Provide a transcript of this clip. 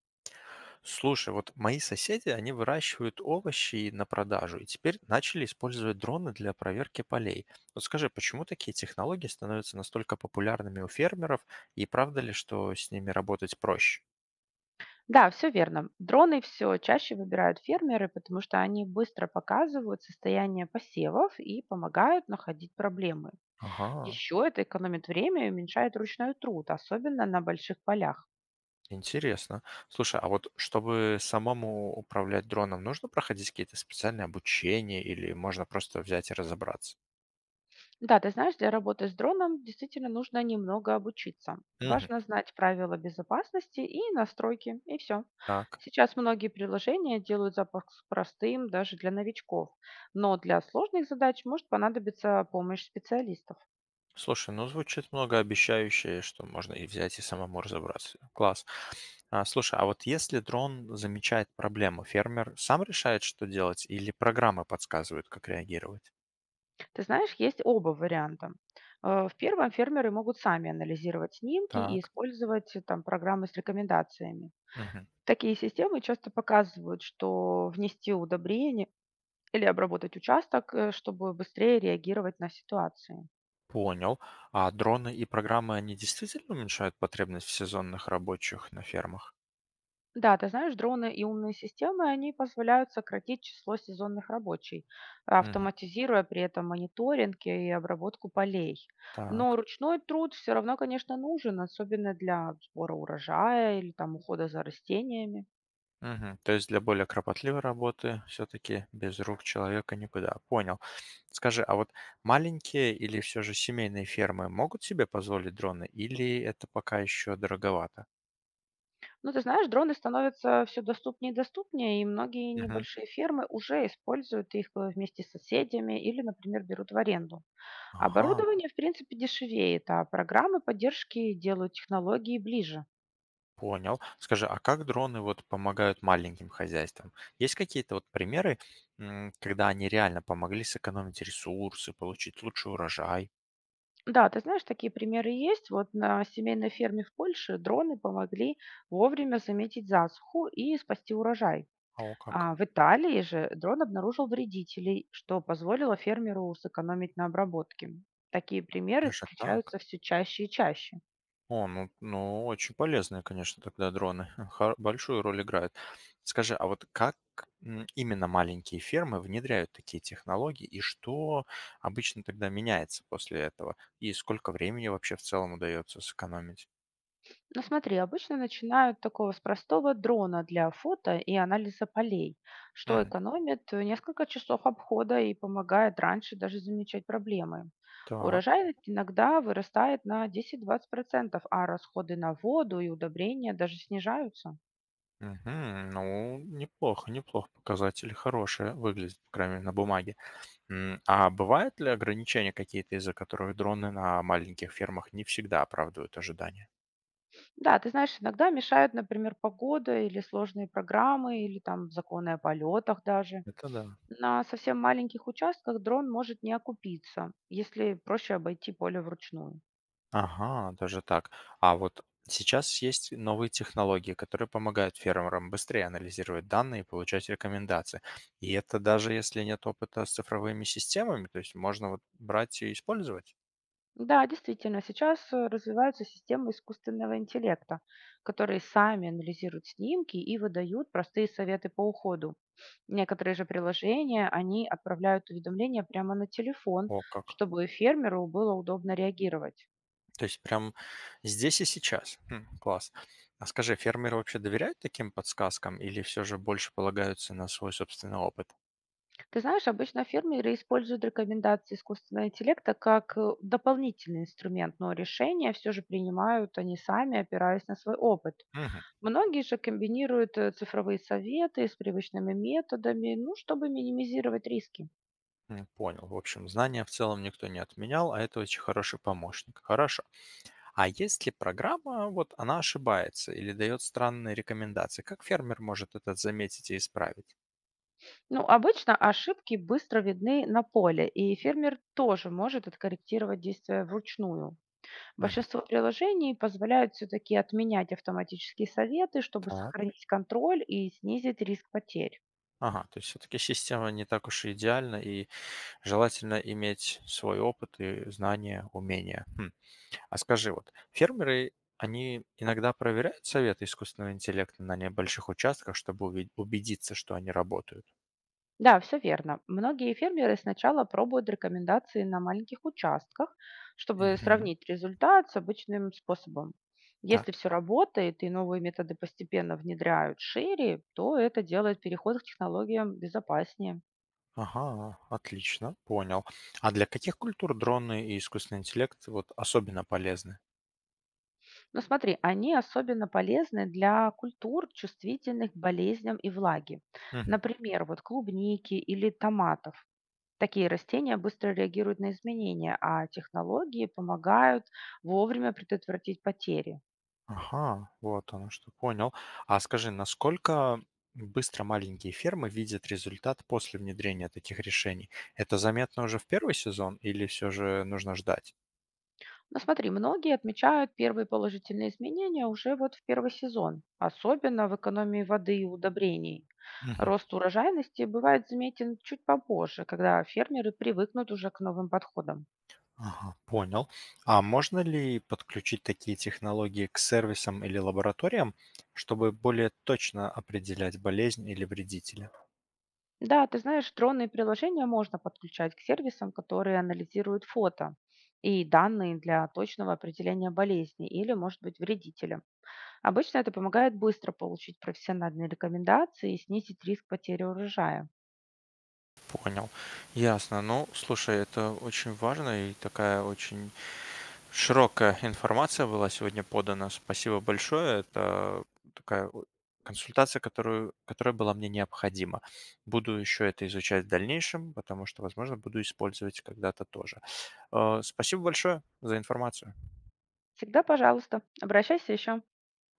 Слушай, вот мои соседи, они выращивают овощи на продажу и теперь начали использовать дроны для проверки полей. Вот скажи, почему такие технологии становятся настолько популярными у фермеров и правда ли, что с ними работать проще? Да, все верно. Дроны все чаще выбирают фермеры, потому что они быстро показывают состояние посевов и помогают находить проблемы. Ага, Еще это экономит время и уменьшает ручной труд, особенно на больших полях. интересно. Слушай, а вот чтобы самому управлять дроном, нужно проходить какие-то специальные обучения или можно просто взять и разобраться? Да, ты знаешь, для работы с дроном действительно нужно немного обучиться. Мгм. Важно знать правила безопасности и настройки, и все. Так. Сейчас многие приложения делают запуск простым даже для новичков, но для сложных задач может понадобиться помощь специалистов. Слушай, ну звучит многообещающе, что можно и взять и самому разобраться. Класс. А, слушай, а вот если дрон замечает проблему, фермер сам решает, что делать, или программы подсказывают, как реагировать? Ты знаешь, есть оба варианта. В первом фермеры могут сами анализировать снимки и Так. использовать там программы с рекомендациями. Мгм. Такие системы часто показывают, что внести удобрение или обработать участок, чтобы быстрее реагировать на ситуации. Понял. А дроны и программы, они действительно уменьшают потребность в сезонных рабочих на фермах? Да, ты знаешь, дроны и умные системы, они позволяют сократить число сезонных рабочих, Мгм. автоматизируя при этом мониторинг и обработку полей. Но Так. ручной труд все равно, конечно, нужен, особенно для сбора урожая или там ухода за растениями. Мгм. То есть для более кропотливой работы все-таки без рук человека никуда. Понял. Скажи, а вот маленькие или все же семейные фермы могут себе позволить дроны, или это пока еще дороговато? Ну, ты знаешь, дроны становятся все доступнее и доступнее, и многие Мгм. небольшие фермы уже используют их вместе с соседями или, например, берут в аренду. Ага. Оборудование, в принципе, дешевеет, а программы поддержки делают технологии ближе. Понял. Скажи, а как дроны вот помогают маленьким хозяйствам? Есть какие-то вот примеры, когда они реально помогли сэкономить ресурсы, получить лучший урожай? Да, ты знаешь, такие примеры есть. Вот на семейной ферме в Польше дроны помогли вовремя заметить засуху и спасти урожай. О, как? А в Италии же дрон обнаружил вредителей, что позволило фермеру сэкономить на обработке. Такие примеры Даже так? встречаются все чаще и чаще. О, ну, ну очень полезные, конечно, тогда дроны. Большую роль играют. Скажи, а вот как именно маленькие фермы внедряют такие технологии, и что обычно тогда меняется после этого? И сколько времени вообще в целом удается сэкономить? Ну смотри, обычно начинают такого с простого дрона для фото и анализа полей, что Мгм. экономит несколько часов обхода и помогает раньше даже замечать проблемы. Так. Урожай иногда вырастает на 10-20%, а расходы на воду и удобрения даже снижаются. Мгм. Ну, неплохо, неплохо. Показатели хорошие выглядят, по крайней мере, на бумаге. А бывают ли ограничения какие-то, из-за которых дроны на маленьких фермах не всегда оправдывают ожидания? Да, ты знаешь, иногда мешают, например, погода или сложные программы, или там законы о полетах даже. Это да. На совсем маленьких участках дрон может не окупиться, если проще обойти поле вручную. Ага, даже так. А вот сейчас есть новые технологии, которые помогают фермерам быстрее анализировать данные и получать рекомендации. И это даже если нет опыта с цифровыми системами, то есть можно вот брать и использовать. Да, действительно, сейчас развиваются системы искусственного интеллекта, которые сами анализируют снимки и выдают простые советы по уходу. Некоторые же приложения, они отправляют уведомления прямо на телефон, О, как. чтобы фермеру было удобно реагировать. То есть прям здесь и сейчас. Хм, класс. А скажи, фермеры вообще доверяют таким подсказкам или все же больше полагаются на свой собственный опыт? Ты знаешь, обычно фермеры используют рекомендации искусственного интеллекта как дополнительный инструмент, но решения все же принимают они сами, опираясь на свой опыт. Мгм. Многие же комбинируют цифровые советы с привычными методами, ну, чтобы минимизировать риски. Понял. В общем, знания в целом никто не отменял, а это очень хороший помощник. Хорошо. А если программа, вот она ошибается или дает странные рекомендации, как фермер может это заметить и исправить? Ну, обычно ошибки быстро видны на поле, и фермер тоже может откорректировать действия вручную. Мгм. Большинство приложений позволяют все-таки отменять автоматические советы, чтобы Так. сохранить контроль и снизить риск потерь. Ага, то есть все-таки система не так уж и идеальна, и желательно иметь свой опыт и знания, умения. Хм. А скажи, вот фермеры, они иногда проверяют советы искусственного интеллекта на небольших участках, чтобы убедиться, что они работают? Да, все верно. Многие фермеры сначала пробуют рекомендации на маленьких участках, чтобы Мгм. сравнить результат с обычным способом. Если Так. все работает и новые методы постепенно внедряют шире, то это делает переход к технологиям безопаснее. Ага, отлично, понял. А для каких культур дроны и искусственный интеллект вот особенно полезны? Но смотри, они особенно полезны для культур, чувствительных к болезням и влаге. Мгм. Например, вот клубники или томатов. Такие растения быстро реагируют на изменения, а технологии помогают вовремя предотвратить потери. Ага, вот оно что, понял. А скажи, насколько быстро маленькие фермы видят результат после внедрения таких решений? Это заметно уже в первый сезон или все же нужно ждать? Но смотри, многие отмечают первые положительные изменения уже вот в первый сезон, особенно в экономии воды и удобрений. Мгм. Рост урожайности бывает заметен чуть попозже, когда фермеры привыкнут уже к новым подходам. Ага, понял. А можно ли подключить такие технологии к сервисам или лабораториям, чтобы более точно определять болезнь или вредителя? Да, ты знаешь, дронные приложения можно подключать к сервисам, которые анализируют фото и данные для точного определения болезни или, может быть, вредителя. Обычно это помогает быстро получить профессиональные рекомендации и снизить риск потери урожая. Понял. Ясно. Ну, слушай, это очень важно и такая очень широкая информация была сегодня подана. Спасибо большое. Это такая консультация, которая была мне необходима. Буду еще это изучать в дальнейшем, потому что, возможно, буду использовать когда-то тоже. Спасибо большое за информацию. Всегда, пожалуйста, обращайся еще.